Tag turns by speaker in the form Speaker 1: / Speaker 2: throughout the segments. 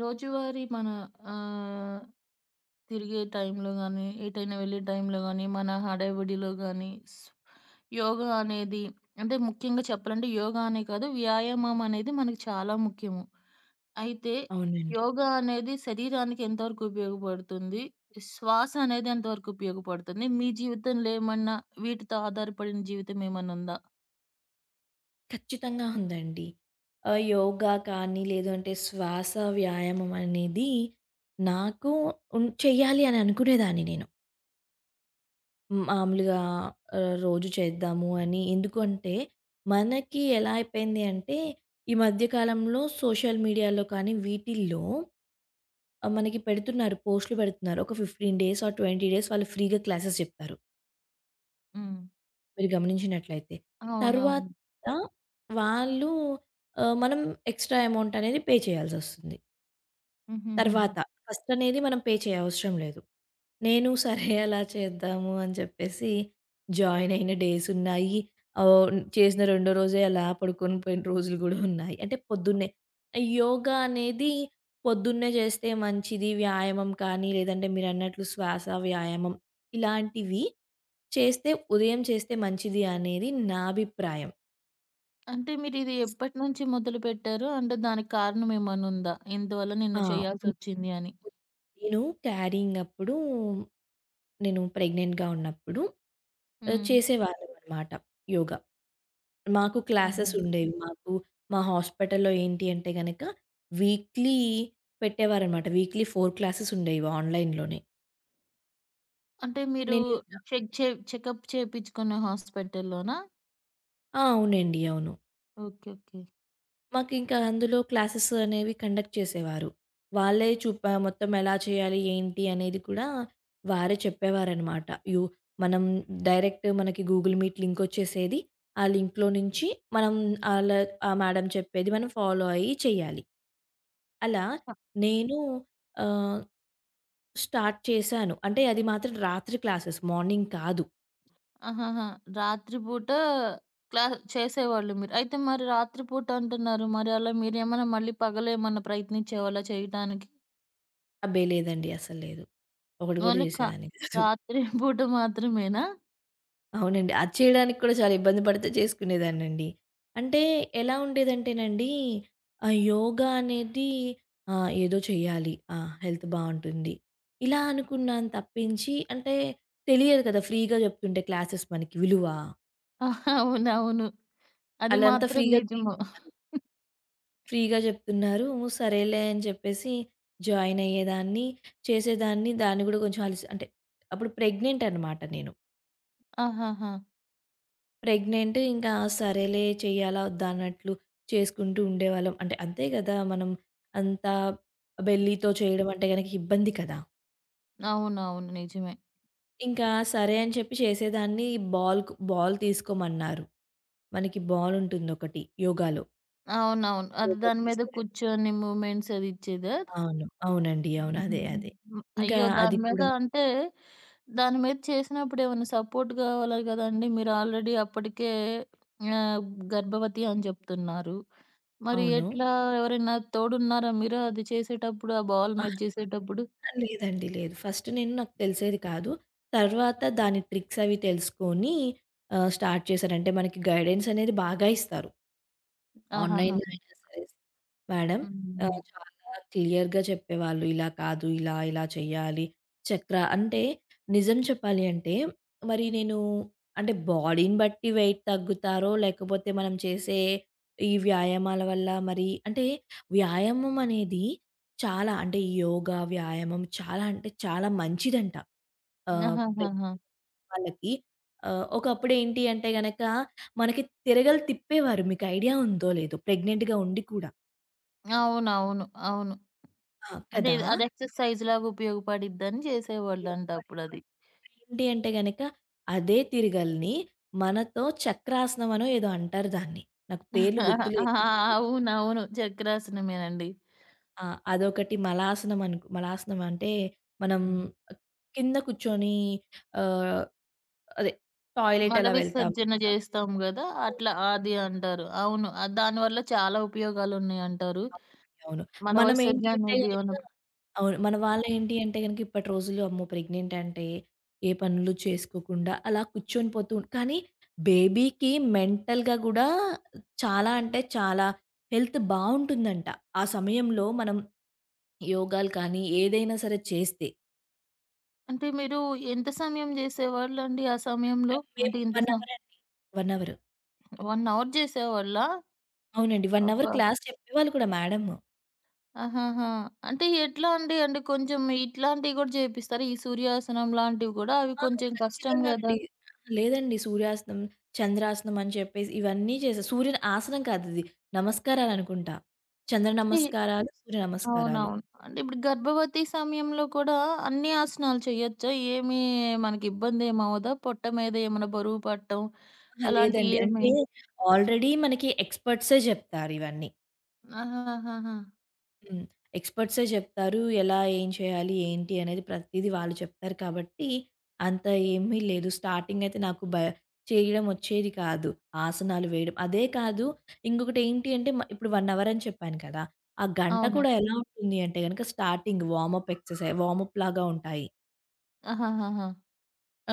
Speaker 1: రోజువారీ మన ఆహ్, తిరిగే టైంలో గానీ, ఎటైనా వెళ్ళే టైంలో గానీ, మన హడావిడిలో గానీ, స్ యోగా అనేది అంటే ముఖ్యంగా చెప్పాలంటే యోగా అనే కాదు, వ్యాయామం అనేది మనకు చాలా ముఖ్యము. అయితే
Speaker 2: అవునండి.
Speaker 1: యోగా అనేది శరీరానికి ఎంతవరకు ఉపయోగపడుతుంది? శ్వాస అనేది ఎంతవరకు ఉపయోగపడుతుంది? మీ జీవితంలో ఏమన్నా వీటితో ఆధారపడిన జీవితం ఏమన్నా ఉందా?
Speaker 2: ఖచ్చితంగా ఉందండి. యోగా కానీ, లేదు అంటే శ్వాస వ్యాయామం అనేది నాకు చెయ్యాలి అని అనుకునేదాన్ని నేను. మామూలుగా రోజు చేద్దాము అని. ఎందుకంటే, మనకి ఎలా అయిపోయింది అంటే, ఈ మధ్య కాలంలో సోషల్ మీడియాలో కానీ, వీటిల్లో మనకి పోస్టులు పెడుతున్నారు. ఒక 15 డేస్ ఆర్ 20 డేస్ వాళ్ళు ఫ్రీగా క్లాసెస్ చెప్తారు.
Speaker 1: హ్మ్.
Speaker 2: మీరు గమనించినట్లయితే.
Speaker 1: అవునవును.
Speaker 2: తర్వాత వాళ్ళు మనం ఎక్స్‌ట్రా అమౌంట్ అనేది పే చేయాల్సొస్తుంది.
Speaker 1: హుహుహుహు.
Speaker 2: తర్వాత ఫస్ట్ అనేది మనం పే చేయవసరం లేదు. నేను సరే అలా చేద్దాము అని చెప్పేసి జాయిన్ అయిన డేస్ ఉన్నాయి. ఓహ్! చేసిన రెండో రోజే అలా పడుకొని పోయిన రోజులు గూడా ఉన్నాయి. అంటే పొద్దున్నే యోగా అనేది పొద్దున్నే చేస్తే మంచిది. వ్యాయామం కానీ లేదంటే మీరన్నట్లు శ్వాస వ్యాయామం ఇలాంటివి చేస్తే ఉదయం చేస్తే మంచిది అనేది నా అభిప్రాయం.
Speaker 1: అంటే మీరిది ఎప్పటినుంచి మొదలుపెట్టారు? అంటే దానికి కారణం ఏమన్నుందా? ఇందువల్ల
Speaker 2: ఆ!
Speaker 1: నిన్ను
Speaker 2: ఉ
Speaker 1: చేయాల్సొచ్చింది అని?
Speaker 2: నేను క్యారింగ్ అప్పుడు నేను ప్రెగ్నెంట్‌గా ఉన్నప్పుడు
Speaker 1: హ్మ్.
Speaker 2: చేసేవాళ్ళమనమాట యోగా. మాకు
Speaker 1: ఆహా!
Speaker 2: క్లాసెస్ ఉండేవి. మాకు మా హాస్పిటల్‌లో ఏంటి అంటే గనక వీక్లీ పెట్టేవారనమాట. వీక్లీ 4 క్లాసెస్ ఉండేవి ఆన్‌లైన్‌లోనే.
Speaker 1: అంటే మీరు
Speaker 2: నేను ఇంకా
Speaker 1: చెక్ చే చెకప్ చేపిచ్చుకునే హాస్పిటల్‌లోనా?
Speaker 2: ఆ! అవునండి. అవును.
Speaker 1: ఓకే. ఓకే.
Speaker 2: మాకింకా అందులో క్లాసెస్ అనేవి కండక్ట్ చేసేవారు. వాళ్ళే చూపా మొత్తం ఎలా చేయాలి, ఏంటి అనేది కూడా వారే చెప్పేవారనమాట. యు మనం డైరెక్ట్ మనకి గూగుల్ మీట్ లింకొచ్చేసేది. ఆ లింక్‌లో నుంచి మనం ఆళ్ళ ఆ మేడం చెప్పేది మనం ఫాలో అయ్యి చెయ్యాలి. అలా నేను ఆహ్, స్టార్ట్ చేశాను. అంటే అది మాత్రం రాత్రి క్లాసెస్ మార్నింగ్ కాదు.
Speaker 1: ఆహాహా! రాత్రి పూట క్లా చేసేవాళ్ళు మీరు. అయితే మరి రాత్రి పూట అంటున్నారు. మరి అలా మీరేమన్నా మళ్ళీ పగలేమన్నా ప్రయత్నించేవాళ్ళా చేయటానికి?
Speaker 2: అబ్బే! లేదండి అస్సలు లేదు. ఒకటి గూడా
Speaker 1: ఓన్లీ క
Speaker 2: చేసేదాన్ని కాదు.
Speaker 1: రాత్రి పూట మాత్రమేనా?
Speaker 2: అవునండి. అది చేయడానికి కూడా చాలా ఇబ్బంది పడితే చేసుకునేదాన్నండి. అంటే ఎలా ఉండేదంటేనండి, యోగా అనేది ఏదో చేయాలి. ఆ! హెల్త్ బావుంటుంది. ఇలా అనుకున్నాను తప్పించి అంటే తెలియదు కదా! ఫ్రీగా చెప్తుంటే క్లాసెస్ మనకి విలువ.
Speaker 1: ఆహా, అవునవును. అది
Speaker 2: ఆళ్ళంతా
Speaker 1: మాత్రం
Speaker 2: ఫ్రీగా
Speaker 1: నిజము.
Speaker 2: చెప్తున్నారు. ఫ్రీగా చెప్తున్నారు. సరేలే అని చెప్పేసి జాయిన్ అయ్యేదాన్ని. చేసేదాన్ని. దాన్ని కూడా కొంచెం అలసి అంటే అప్పుడు ప్రెగ్నెంట్ అనమాట నేను.
Speaker 1: ఆహాహా!
Speaker 2: ప్రెగ్నెంట్ ఇంకా సరేలే చేయాలా? వద్దా? అన్నట్లు చేసుకుంటూ ఉండేవాళ్ళం. అంటే అంతే గదా! మనం అంత బెల్లీతో చేయడం అంటే గనక ఇబ్బంది కదా!
Speaker 1: అవునవును. నిజమే.
Speaker 2: ఇంకా సరే అని చెప్పి చేసేదాన్ని బాల్ తీసుకోమన్నారు. మనకి బాల్ ఉంటుందొకటి యోగాలో.
Speaker 1: అవునవును. అది
Speaker 2: యోగా
Speaker 1: దాని మీద
Speaker 2: చేసేటప్పుడు
Speaker 1: కూర్చొని మూమెంట్స్ అది ఇచ్చేదా?
Speaker 2: అవును. అవునండి. అవును.
Speaker 1: హుహు.
Speaker 2: అదే. అదే.
Speaker 1: హ్మ్.
Speaker 2: ఇంకా
Speaker 1: అయ్యో!
Speaker 2: అది
Speaker 1: దాని మీద
Speaker 2: కూడా
Speaker 1: అంటే, దాని మీద చేసినప్పుడు ఏమైనా సపోర్ట్ కావాలి గదండీ! మీరు ఆల్రెడీ అప్పటికే ఆహ్, గర్భవతి అని జెప్తున్నారు. మరి
Speaker 2: అవును.
Speaker 1: ఎట్లా ఎవరైనా తోడున్నారా మీరు అది చేసేటప్పుడు? ఆ బాల్ మీద
Speaker 2: అహా!
Speaker 1: చేసేటప్పుడు?
Speaker 2: లేదండి. లేదు. ఫస్ట్ నేను నాకు తెలిసేది కాదు. తర్వాత దాని ట్రిక్స్ అవి తెలుసుకొని స్టార్ట్ చేశాను. అంటే మనకి గైడెన్స్ అనేది బాగా ఇస్తారు.
Speaker 1: ఆహాహాహా!
Speaker 2: ఆన్‌లైన్‌లో అయినా సరే మేడం
Speaker 1: హ్మ్.
Speaker 2: చాలా క్లియర్‌గా చెప్పేవాళ్ళు. ఇలా కాదు, ఇలా ఇలా చేయాలి. చక్ర అంటే నిజం చెప్పాలి అంటే మరి నేను అంటే బాడీని బట్టి వెయిట్ తగ్గుతారో లేకపోతే మనం చేసే ఈ వ్యాయామాల వల్ల మరి అంటే వ్యాయామం అనేది చాలా అంటే యోగా, వ్యాయామం చాలా అంటే చాలా మంచిదంట. ఆహ్
Speaker 1: ఆహాహాహా!
Speaker 2: వాళ్ళకి. ఒకప్పుడేంటి అంటే గనక మనకి తిరగలి తిప్పేవారు. మీకు ఐడియా ఉందో లేదో ప్రెగ్నెంట్‌గా ఉండి కూడా.
Speaker 1: అవునవును. అవును.
Speaker 2: ఆ!
Speaker 1: అంటే
Speaker 2: కదా!
Speaker 1: ఇది అది ఎక్సర్‌సైజ్ లాగా ఉపయోగపడిద్దని చేసేవాళ్ళంట
Speaker 2: ఏంటి
Speaker 1: అప్పుడది.
Speaker 2: అంటే గనక అదే తిరగలిని మనతో చక్రాసనం అనో ఏదో అంటారు దాన్ని. నాకు పేర్లు
Speaker 1: ఆ!
Speaker 2: గుర్తులేదు.
Speaker 1: అవునవును. చక్రాసనమేనండి.
Speaker 2: ఆ! అదొకటి మలాసనం అంటే మనం
Speaker 1: హ్మ్.
Speaker 2: కింద కూర్చొని ఆహ్, అదే టాయిలెట్
Speaker 1: మల
Speaker 2: అలా వెళ్తాం
Speaker 1: విసర్జన
Speaker 2: కదా!
Speaker 1: జేస్తాం గదా!
Speaker 2: అవును.
Speaker 1: అట్లా అది అంటారు. అవును. దానివల్ల చాలా ఉపయోగాలున్నాయంటారు.
Speaker 2: అవును.
Speaker 1: మల
Speaker 2: మనమేంటి
Speaker 1: విసర్జన
Speaker 2: అంటే
Speaker 1: అనేది
Speaker 2: గనక
Speaker 1: ఏమన్నా
Speaker 2: అవును. మన వాళ్ళేంటి అంటే గనక ఇప్పటి రోజుల్లో అమ్మో! ప్రెగ్నెంట్ అంటే ఏ పనులు చేసుకోకుండా అలా కూర్చొని కానీ బేబీకి మెంటల్‌గా గూడా చాలా అంటే చాలా హెల్త్ బావుంటుందంట. ఆ సమయంలో మనం యోగాలు కానీ ఏదైనా సరే చేస్తే.
Speaker 1: అంటే మీరు ఎంత సమయం జేసేవాళ్ళండి ఆ సమయంలో? అంటే
Speaker 2: మేము
Speaker 1: ఇంత
Speaker 2: 1
Speaker 1: స
Speaker 2: అవర్ అండి. 1 అవర్.
Speaker 1: 1 అవర్ జేసేవాళ్ళా?
Speaker 2: అవునండి. 1 అవర్
Speaker 1: అబ్బా!
Speaker 2: క్లాస్ చెప్పేవాళ్ళు కూడా మేడమ్.
Speaker 1: ఆహాహా! అంటే ఎట్లా అండి? అంటే కొంచెం ఇట్లాంటివి గూడా జేపిస్తారా? ఈ సూర్యాసనం లాంటివి గూడా? అవి
Speaker 2: ఆ!
Speaker 1: కొంచెం కష్టం
Speaker 2: ఖచ్చితంగా
Speaker 1: గదా!
Speaker 2: అండి. లేదండి సూర్యాస్తమం, చంద్రాసనం అని చెప్పేసి ఇవన్నీ చేసా. సూర్యుని ఆసనం కాదది. నమస్కారాలనుకుంటా. చంద్ర
Speaker 1: అంటే
Speaker 2: నమస్కారాలు, సూర్య నమస్కారాలు.
Speaker 1: అవునవును. అంటే ఇప్పుడు గర్భవతి సమయంలో కూడా అన్ని ఆసనాలు చేయొచ్చా? ఏమి మనకి ఇబ్బందేమి అవ్వదా? పొట్ట మీద ఏమైనా బరువు పడటం
Speaker 2: అహా!
Speaker 1: అలాంటియి
Speaker 2: లేదండి.
Speaker 1: ఏమి?
Speaker 2: అంటే ఆల్రెడీ మనకి ఎక్స్‌పర్ట్సే జెప్తారివన్నీ.
Speaker 1: ఆహాహాహా!
Speaker 2: హ్మ్. ఎక్స్‌పర్ట్సే చెప్తారు. ఎలా, ఏం చేయాలి, ఏంటి అనేది ప్రతీదీ వాళ్ళు చెప్తారు కాబట్టి, అంత ఏమీ లేదు. స్టార్టింగ్ అయితే నాకు చేయడం వచ్చేది కాదు. ఆసనాలు వేయడం. అదే కాదు ఇంకొకటేంటి అంటే ఇప్పుడు 1 అవర్ అని చెప్పాను కదా! ఆ గంట
Speaker 1: అవును.
Speaker 2: కూడా ఎలా ఉంటుంది అంటే గనక స్టార్టింగ్ వార్మప్ ఎక్సర్‌సైజ్ వార్మప్ లాగా ఉంటాయి.
Speaker 1: ఆహాహాహా!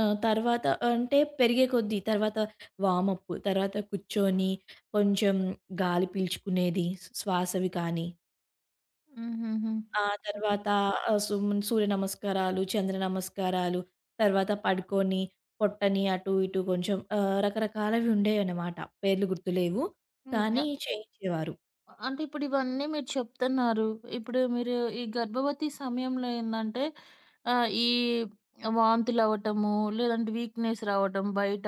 Speaker 2: తర్వాత అంటే పెరిగే కొద్దీ తర్వాత వార్మప్, తర్వాత కూర్చొని కొంచెం గాలి పీల్చుకునేది శ్వాసవి కానీ
Speaker 1: హుహుహు.
Speaker 2: ఆ తర్వాత ఆహ్, సుమన్ సూర్య నమస్కారాలు, చంద్ర నమస్కారాలు, తర్వాత పడుకొని పొట్టని అటు ఇటు కొంచెం రకరకాలవి ఉండేవన్నమాట. పేర్లు గుర్తులేవు.
Speaker 1: హ్మ్.
Speaker 2: కానీ చేయించేవారు.
Speaker 1: అంటే ఇప్పుడు ఇవన్నీ మీరు చెప్తున్నారు. ఇప్పుడు మీరు ఈ గర్భవతి సమయంలో ఏందంటే ఈ వాంతులవ్వటము, లేదంటే వీక్‌నెస్ రావటం బయట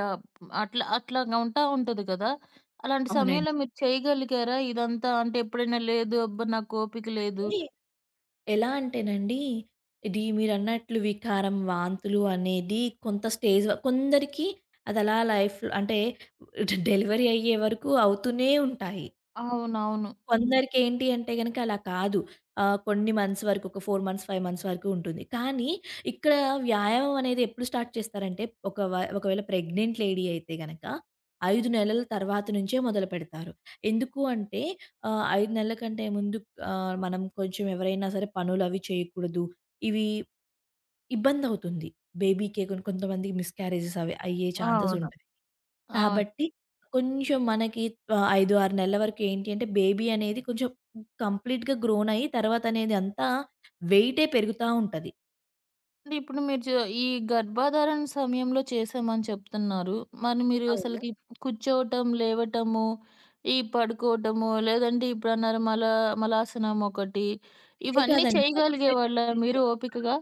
Speaker 1: అట్లా అట్లాగా ఉంటా ఉంటది కదా! అలాంటి
Speaker 2: అవునండి.
Speaker 1: సమయంలో మీరు చేయగలిగారా ఇదంతా? అంటే ఎప్పుడైనా లేదు అబ్బా! నాకు ఓపిక లేదు.
Speaker 2: అంటే ఎలా అంటేనండి, ఇది మీరన్నట్లు వికారం, వాంతులు అనేది కొంత స్టేజ్ వ కొందరికి అది అలా లైఫ్‌లో అంటే డెలివరీ అయ్యే వరకు అవుతూనే ఉంటాయి.
Speaker 1: అవునవును.
Speaker 2: కొందరికేంటి అంటే గనక అలా కాదు. కొన్ని మంత్స్ వరకు ఒక 4 మంత్స్, 5 మంత్స్ వరకు ఉంటుంది. కానీ ఇక్కడ వ్యాయామం అనేది ఎప్పుడు స్టార్ట్ చేస్తారంటే ఒక వ ఒకవేళ ప్రెగ్నెంట్ లేడీ అయితే గనక 5 నెలల తర్వాత నుంచే మొదలుపెడతారు. ఎందుకు అంటే 5 నెలల కంటే ముందు మనం కొంచెం ఎవరైనా సరే పనులవి చేయకూడదు. ఇవి ఇబ్బందవుతుంది. బేబీకే కొన్ని కొంతమందికి మిస్‌క్యారేజెస్ అవి అయ్యే ఛాన్సెస్
Speaker 1: అవును.
Speaker 2: ఉంటాయి.
Speaker 1: అవును.
Speaker 2: కాబట్టి కొంచెం మనకి 5, 6 నెలల వరకు ఏంటి అంటే బేబీ అనేది కొంచెం కంప్లీట్‌గా గ్రోన్ అయ్యి తర్వాత అనేది అంతా వెయిటే పెరుగుతా ఉంటది.
Speaker 1: అంటే ఇప్పుడు మీరు చే ఈ గర్భధారణ సమయంలో చేసామని చెప్తున్నారు. మరి మీరు
Speaker 2: అవును.
Speaker 1: అసలకి కూర్చోవటం, లేవటము, ఈ పడుకోవటము, లేదంటే ఇప్పుడన్నారు మలాసనం ఒకటి,
Speaker 2: ఇదే
Speaker 1: ఇవన్నీ
Speaker 2: కాదండి బటర్‌ఫ్లై కూడా
Speaker 1: చేయగలిగేవాళ్ళా మీరు
Speaker 2: చేయించేవారు.
Speaker 1: ఓపికగా?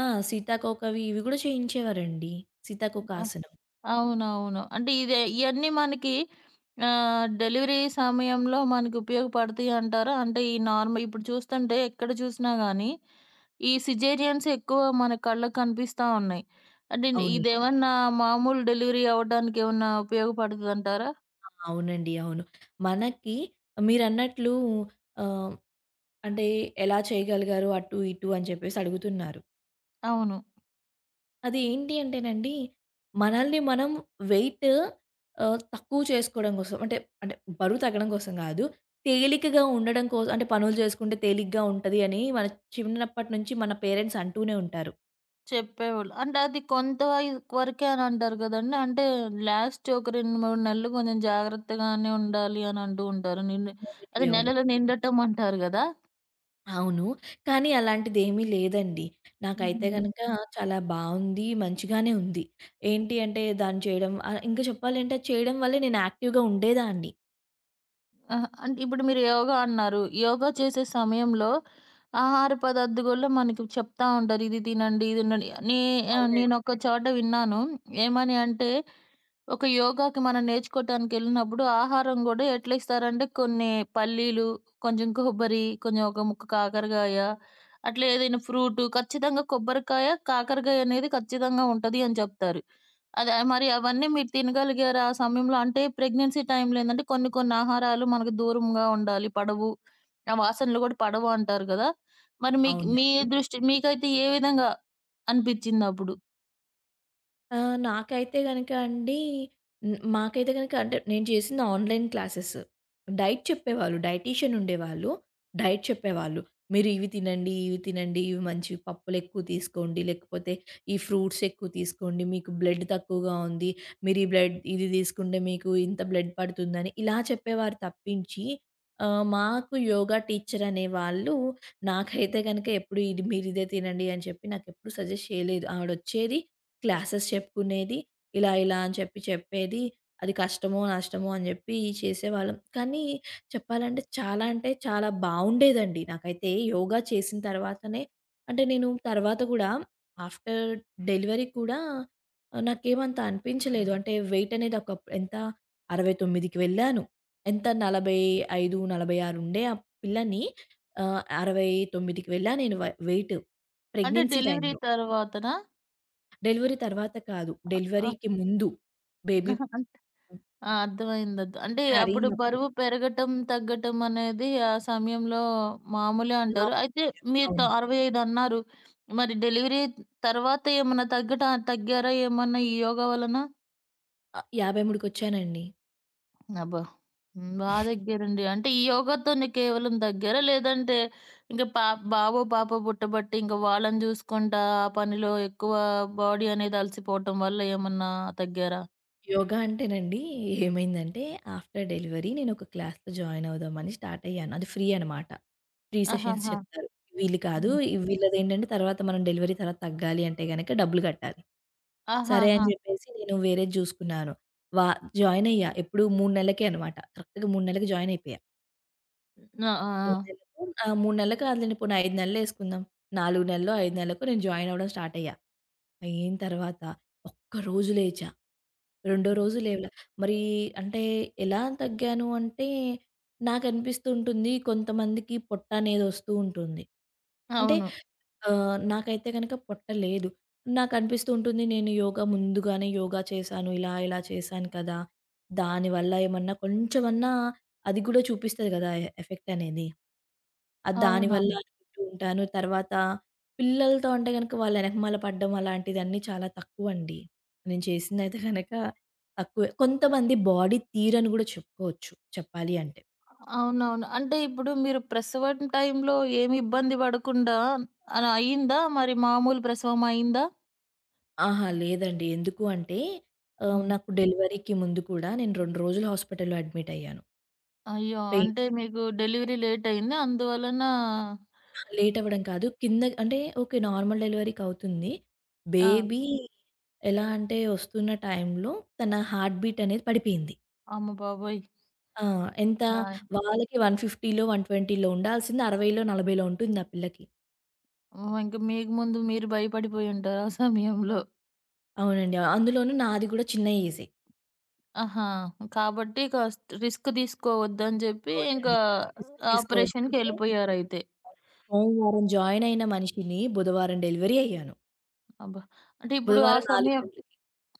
Speaker 2: ఆ! సీతాకోకవి ఇవి కూడా చేయించేవారండి. సీతాకోక ఆసనం.
Speaker 1: అవునవును. అంటే ఇదే ఇయన్నీ మనకి డెలివరీ సమయంలో మనకి ఉపయోగపడతాయి అంటారా? అంటే ఈ నార్మల్ ఇప్పుడు చూస్తుంటే ఎక్కడ చూసినా గానీ, ఈ సిజేరియన్స్ ఎక్కువ మన కళ్ళకి కనిపిస్తా ఉన్నాయి. అంటే
Speaker 2: అవును.
Speaker 1: ఇదేమన్నా మామూలు డెలివరీ అవ్వడానికి ఏమన్నా ఉపయోగపడతదంటారా?
Speaker 2: ఆ! అవునండి. అవును. మనకి మీరన్నట్లు ఆహ్, అంటే ఎలా చేయగలిగారు అటు ఇటు అని చెప్పేసి అడుగుతున్నారు.
Speaker 1: అవును.
Speaker 2: అది ఏంటి అంటేనండి, మనల్ని మనం వెయిట్ తక్కువ చేసుకోవడం కోసం అంటే, అంటే బరువు తగ్గడం కోసం కాదు. తేలికగా ఉండడం కోసం అంటే పనులు చేసుకుంటే తేలిగ్గా ఉంటది అని మన చిన్నప్పటి నుంచి మన పేరెంట్స్ అంటూనే ఉంటారు.
Speaker 1: చెప్పేవాళ్ళు. అంటే అది కొంత వరకే అని అంటారు గదండీ! అంటే లాస్ట్ ఒక 2, 3 నెలలు కొంచెం జాగ్రత్తగానే ఉండాలి అని అంటూ ఉంటారు. నిన్ను
Speaker 2: అవునండి.
Speaker 1: అదే
Speaker 2: అవును.
Speaker 1: నెలలు
Speaker 2: అవునండి.
Speaker 1: నిండటం అంటారు గదా!
Speaker 2: అవును. కానీ అలాంటిదేమీ లేదండి. నాకైతే
Speaker 1: హుహు.
Speaker 2: గనక చాలా బావుంది. మంచిగానే ఉంది. ఏంటి అంటే దాన్ని చేయడం ఇంకా చెప్పాలంటే చేయడం వల్లే నేను యాక్టివ్‌గా ఉండేదాన్ని.
Speaker 1: ఆహా! అంటే ఇప్పుడు మీరు యోగా అన్నారు. యోగా చేసే సమయంలో ఆహార పదార్థం గూడా మనకి చెప్తా ఉంటారు. ఇది తినండి, ఇది ఉండండి. ఆహ్,
Speaker 2: అవునండి.
Speaker 1: నేనొక చోట విన్నాను. ఏమని అంటే ఒక యోగాకి మనం నేర్చుకోవటానికెళ్ళినప్పుడు ఆహారం గూడా ఎట్లా ఇస్తారంటే కొన్ని పల్లీలు, కొంచెం కొబ్బరి, కొంచెం ఒక ముక్క కాకరకాయ, అట్లా ఏదైనా ఫ్రూటు ఖచ్చితంగా కొబ్బరికాయ, కాకరకాయ అనేది ఖచ్చితంగా ఉంటది అని చెప్తారు. అదే మరి అవన్నీ మీరు తినగలిగారా ఆ సమయంలో? అంటే ప్రెగ్నెన్సీ టైంలో ఏందంటే కొన్ని కొన్ని ఆహారాలు మనకు దూరంగా ఉండాలి. పడవు. ఆ వాసనలు గూడా పడవు అంటారు గదా! మరి మీకు మీ
Speaker 2: అవునండి.
Speaker 1: దృష్టి మీకైతే ఏ విధంగా అనిపిచ్చిందప్పుడు?
Speaker 2: ఆ! నాకైతే గనక అండి హ్మ్. మాకైతే గనక అంటే నేను చేసింది ఆన్‌లైన్ క్లాసెస్. డైట్ చెప్పేవాళ్ళు. డైటీషియన్ ఉండేవాళ్ళు. డైట్ చెప్పేవాళ్ళు. మీరు ఇవి తినండి, ఇవి తినండి, ఇవి మంచివి పప్పులెక్కువ తీసుకోండి, లేకపోతే ఈ ఫ్రూట్స్ ఎక్కువ తీసుకోండి, మీకు బ్లడ్ తక్కువగా ఉంది, మీరు ఈ బ్లడ్ ఇది తీసుకుంటే మీకు ఇంత బ్లడ్ పడుతుందని ఇలా చెప్పేవారు తప్పించి మాకు యోగా టీచర్ అనేవాళ్ళు నాకైతే గనక ఎప్పుడు ఇది మీరిదే తినండి అని చెప్పి నాకెప్పుడు సజెస్ట్ చేయలేదు. ఆవిడొచ్చేది క్లాసెస్ చెప్పుకునేది. ఇలా, ఇలా అని చెప్పి చెప్పేది. అది కష్టమో, నష్టమో అని జెప్పి చేసేవాళ్ళం. కానీ చెప్పాలంటే చాలా అంటే చాలా బావుండేదండి. నాకైతే యోగా చేసిన తర్వాతనే అంటే నేను తర్వాత గూడా ఆఫ్టర్ డెలివరీ కూడా నాకేమంత అనిపించలేదు. అంటే వెయిట్ అనేది ఒక ఎంత 69కి వెళ్ళాను. ఎంత 45, 46 ఉండే ఆ పిల్లని 69కి వెళ్ళా నేను వెయిట్.
Speaker 1: అంటే
Speaker 2: ప్రెగ్నెన్సీ
Speaker 1: డెలివరీ
Speaker 2: టైమ్‌లో.
Speaker 1: తర్వాతనా?
Speaker 2: డెలివరీ తర్వాత కాదు.
Speaker 1: ఆ!
Speaker 2: డెలివరీకి ముందు బేబీ
Speaker 1: ఆ! అర్థమైంది. అంటే అప్పుడు
Speaker 2: క్యారింగ్ అప్పుడు.
Speaker 1: బరువు పెరగటం, తగ్గటం అనేది ఆ సమయంలో మామూలే
Speaker 2: నా
Speaker 1: అంటారు. అయితే మీరు
Speaker 2: అవును.
Speaker 1: 65 అన్నారు. మరి డెలివరీ తర్వాత ఏమన్నా తగ్గారా ఏమన్నా ఈ యోగా వలన?
Speaker 2: 53కొచ్చానండి.
Speaker 1: అబ్బా! హ్మ్. బా తగ్గారండి. అంటే ఈ యోగాతోనే కేవలం తగ్గారా? లేదంటే ఇంక పా బాబో, పాపో పుట్టబట్టి ఇంక వాళ్ళని చూసుకుంటా ఆ పనిలో ఎక్కువ బాడీ అనేది అలసిపోవటం వల్ల ఏమన్నా తగ్గారా?
Speaker 2: యోగా అంటేనండి ఏమైందంటే ఆఫ్టర్ డెలివరీ నేనొక క్లాస్‌లో జాయిన్ అవుదామని స్టార్ట్ అయ్యాను. అది ఫ్రీ అనమాట. ఫ్రీ సెషన్స్
Speaker 1: ఆహాహా!
Speaker 2: చెప్తారు. వీళ్ళు కాదు.
Speaker 1: హ్మ్.
Speaker 2: వీళ్ళదేంటంటే తర్వాత మనం డెలివరీ తర్వాత తగ్గాలి అంటే గనక డబ్బులు కట్టాలి. సరే అని
Speaker 1: ఆహాహా!
Speaker 2: చెప్పేసి నేను వేరేది జూసుకున్నాను. వా జాయిన్ అయ్యా. ఎప్పుడు 3 నెల్లకే అనమాట. కరెక్ట్‌గా 3 నెల్లకి జాయిన్ అయిపోయా.
Speaker 1: ఆ! ఆ!
Speaker 2: 3
Speaker 1: ఆ!
Speaker 2: నెలలకు ఆ! 3 నెలలు కాదులెండి పోనీ 5 నెలలేసుకుందాం. 4 నెల్లో, 5 నెలలకు నేను జాయిన్ అవ్వడం స్టార్ట్ అయ్యా. అయిన తర్వాత ఒక్కరోజు లేచా. రెండో రోజు లేవలా. మరి అంటే ఎలా తగ్గాను అంటే నాకనిపిస్తూ ఉంటుంది కొంతమందికి పొట్టనేదొస్తూ ఉంటుంది. అంటే
Speaker 1: అవును.
Speaker 2: నాకైతే గనక పొట్ట లేదు. నాకనిపిస్తూ ఉంటుంది నేను యోగా ముందుగానే యోగా చేశాను. ఇలా, ఇలా చేశాను కదా! దానివల్ల ఏమన్నా కొంచెమన్నా అది కూడా చూపిస్తది కదా! ఎఫెక్ట్ అనేది. అది దానివల్ల
Speaker 1: అవునవును.
Speaker 2: అనుకుంటూ ఉంటాను. తర్వాత పిల్లలతో అంటే గనక వాళ్ళ ఎనకమాల పడడం అలాంటిదన్నీ చాలా తక్కువండి. నేను చేసిందైతే గనక తక్కువే. కొంతమంది బాడీ తీరని గూడా చెప్పుకోవచ్చు చెప్పాలి అంటే.
Speaker 1: అవునవును. అంటే ఇప్పుడు మీరు ప్రసవం టైంలో ఏమి ఇబ్బంది పడకుండా అలా అయిందా? మరి మామూలు ప్రసవం అయిందా?
Speaker 2: అహా! లేదండి. ఎందుకు అంటే
Speaker 1: హ్మ్.
Speaker 2: నాకు డెలివరీకి ముందు కూడా నేను 2 రోజులు హాస్పిటల్‌లో అడ్మిట్ అయ్యాను.
Speaker 1: అయ్యో! అంటే
Speaker 2: పెయిన్స్
Speaker 1: మీకు డెలివరీ లేట్ అయింది. అందువలన
Speaker 2: అహా! లేట్ అవ్వడం కాదు. కింద అంటే ఓకే. నార్మల్ డెలివరీకి అవుతుంది.
Speaker 1: ఆ!
Speaker 2: బేబీ ఎలా అంటే వస్తున్న టైంలో తన హార్ట్ బీట్ అనేది పడిపోయింది.
Speaker 1: అమ్మ బాబోయ్!
Speaker 2: ఆ! ఎంత
Speaker 1: నా
Speaker 2: వాళ్ళకి 150లో, 120లో ఉండాల్సింది 60లో, 40లో ఉంటుంది ఆ పిల్లకి.
Speaker 1: ఓహ్! ఇంక మీకు ముందు మీరు భయపడిపోయి ఉంటారు ఆ సమయంలో.
Speaker 2: అవునండి. అందులోనూ నాది కూడా చిన్న ఏజే.
Speaker 1: ఆహా! కాబట్టి కాస్త రిస్క్ తీసుకోవద్దని చెప్పి
Speaker 2: అవునండి.
Speaker 1: ఇంకా
Speaker 2: రిస్క్ తీసుకోవద్దు అంటే
Speaker 1: ఆపరేషన్‌కెళ్ళిపోయారైతే.
Speaker 2: సోమవారం జాయిన్ అయిన మనిషిని బుధవారం డెలివరీ అయ్యాను.
Speaker 1: అబ్బా! అంటే ఇప్పుడు ఆ
Speaker 2: బుధవారం 4
Speaker 1: సమయం
Speaker 2: గంటలకి.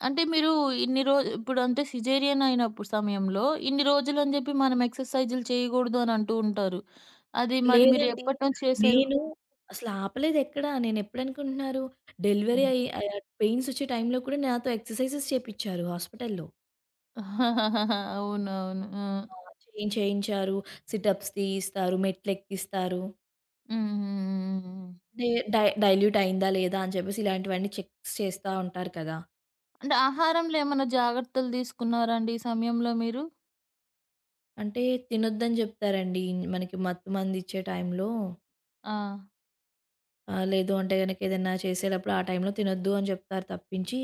Speaker 1: అంటే మీరు ఇన్ని రో ఇప్పుడంటే సిజేరియన్ అయినప్పుడు సమయంలో ఇన్ని రోజులని జెప్పి మనం ఎక్సర్‌సైజులు చేయగూడదు అని అంటూ ఉంటారు. అది మరి మీరు
Speaker 2: లేదండి.
Speaker 1: ఎప్పటి నుంచి చేశారు?
Speaker 2: నేను అసలాపలేదెక్కడ. నేనెప్పుడనుకుంటున్నారు, డెలివరీ అయ్యి పెయిన్స్ వచ్చే టైంలో కూడా నాతో ఎక్సర్‌సైజెస్ చేపిచ్చారు హాస్పిటల్‌లో.
Speaker 1: అవునవును.
Speaker 2: ఆ!
Speaker 1: ఆ!
Speaker 2: చేయించారు. సిటప్స్ తీయిస్తారు, మెట్లెక్కిస్తారు.
Speaker 1: హ్మ్. హ్మ్. హ్మ్. హ్మ్.
Speaker 2: డై డై డైల్యూట్ అయిందా లేదా అని చెప్పేసి ఇలాంటివన్నీ చెక్స్ చేస్తా ఉంటారు కదా!
Speaker 1: అంటే ఆహారంలో ఏమన్నా జాగ్రత్తలు తీసుకున్నారా అండి ఈ సమయంలో మీరు?
Speaker 2: అంటే తినొద్దని జెప్తారండి. మనకి మత్తు మందిచ్చే టైంలో
Speaker 1: ఆ!
Speaker 2: ఆ! లేదు అంటే గనక ఏదన్నా చేసేటప్పుడు ఆ టైంలో తినొద్దు అని చెప్తారు తప్పించి,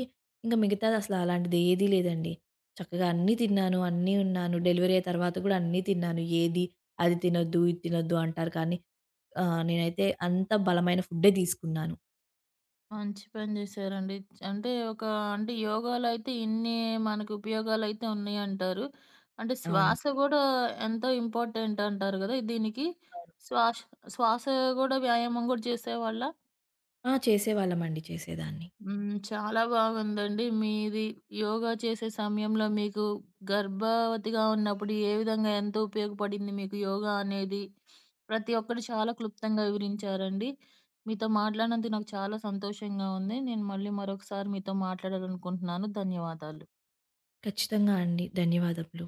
Speaker 2: ఇంక మిగతాది అసల అలాంటిది ఏదీ లేదండి. చక్కగా అన్నీ తిన్నాను, అన్నీ ఉన్నాను. డెలివరీ అయిన తర్వాత గూడా అన్నీ తిన్నాను. ఏది అది తినొద్దు, ఇది తినొద్దు అంటారు కానీ నేనైతే అంత బలమైన ఫుడ్డే తీసుకున్నాను.
Speaker 1: మంచి పని చేశారండి. అంటే ఒక అంటే యోగాలో అయితే ఇన్ని మనకు ఉపయోగాలైతే ఉన్నాయంటారు. అంటే
Speaker 2: అవును.
Speaker 1: శ్వాస గూడా ఎంతో ఇంపార్టెంట్ అంటారు గదా! దీనికి.
Speaker 2: అవును.
Speaker 1: శ్వాష్ శ్వాస గూడా వ్యాయామం గూడా చేసేవాళ్ళా?
Speaker 2: ఆ! చేసేవాళ్ళమండి. చేసేదాన్ని.
Speaker 1: హ్మ్. చాలా బాగుందండి. మీది యోగా చేసే సమయంలో మీకు గర్భవతిగా ఉన్నప్పుడు ఏ విధంగా ఎంత ఉపయోగపడింది మీకు యోగా అనేది? ప్రతి ఒక్కటి చాలా క్లుప్తంగా వివరించారండి. మీతో మాట్లాడినందుకు నాకు చాలా సంతోషంగా ఉంది. నేను మళ్ళీ మరొకసారి మీతో మాట్లాడాలనుకుంటున్నాను. ధన్యవాదాలు.
Speaker 2: ఖచ్చితంగా అండి. ధన్యవాదములు.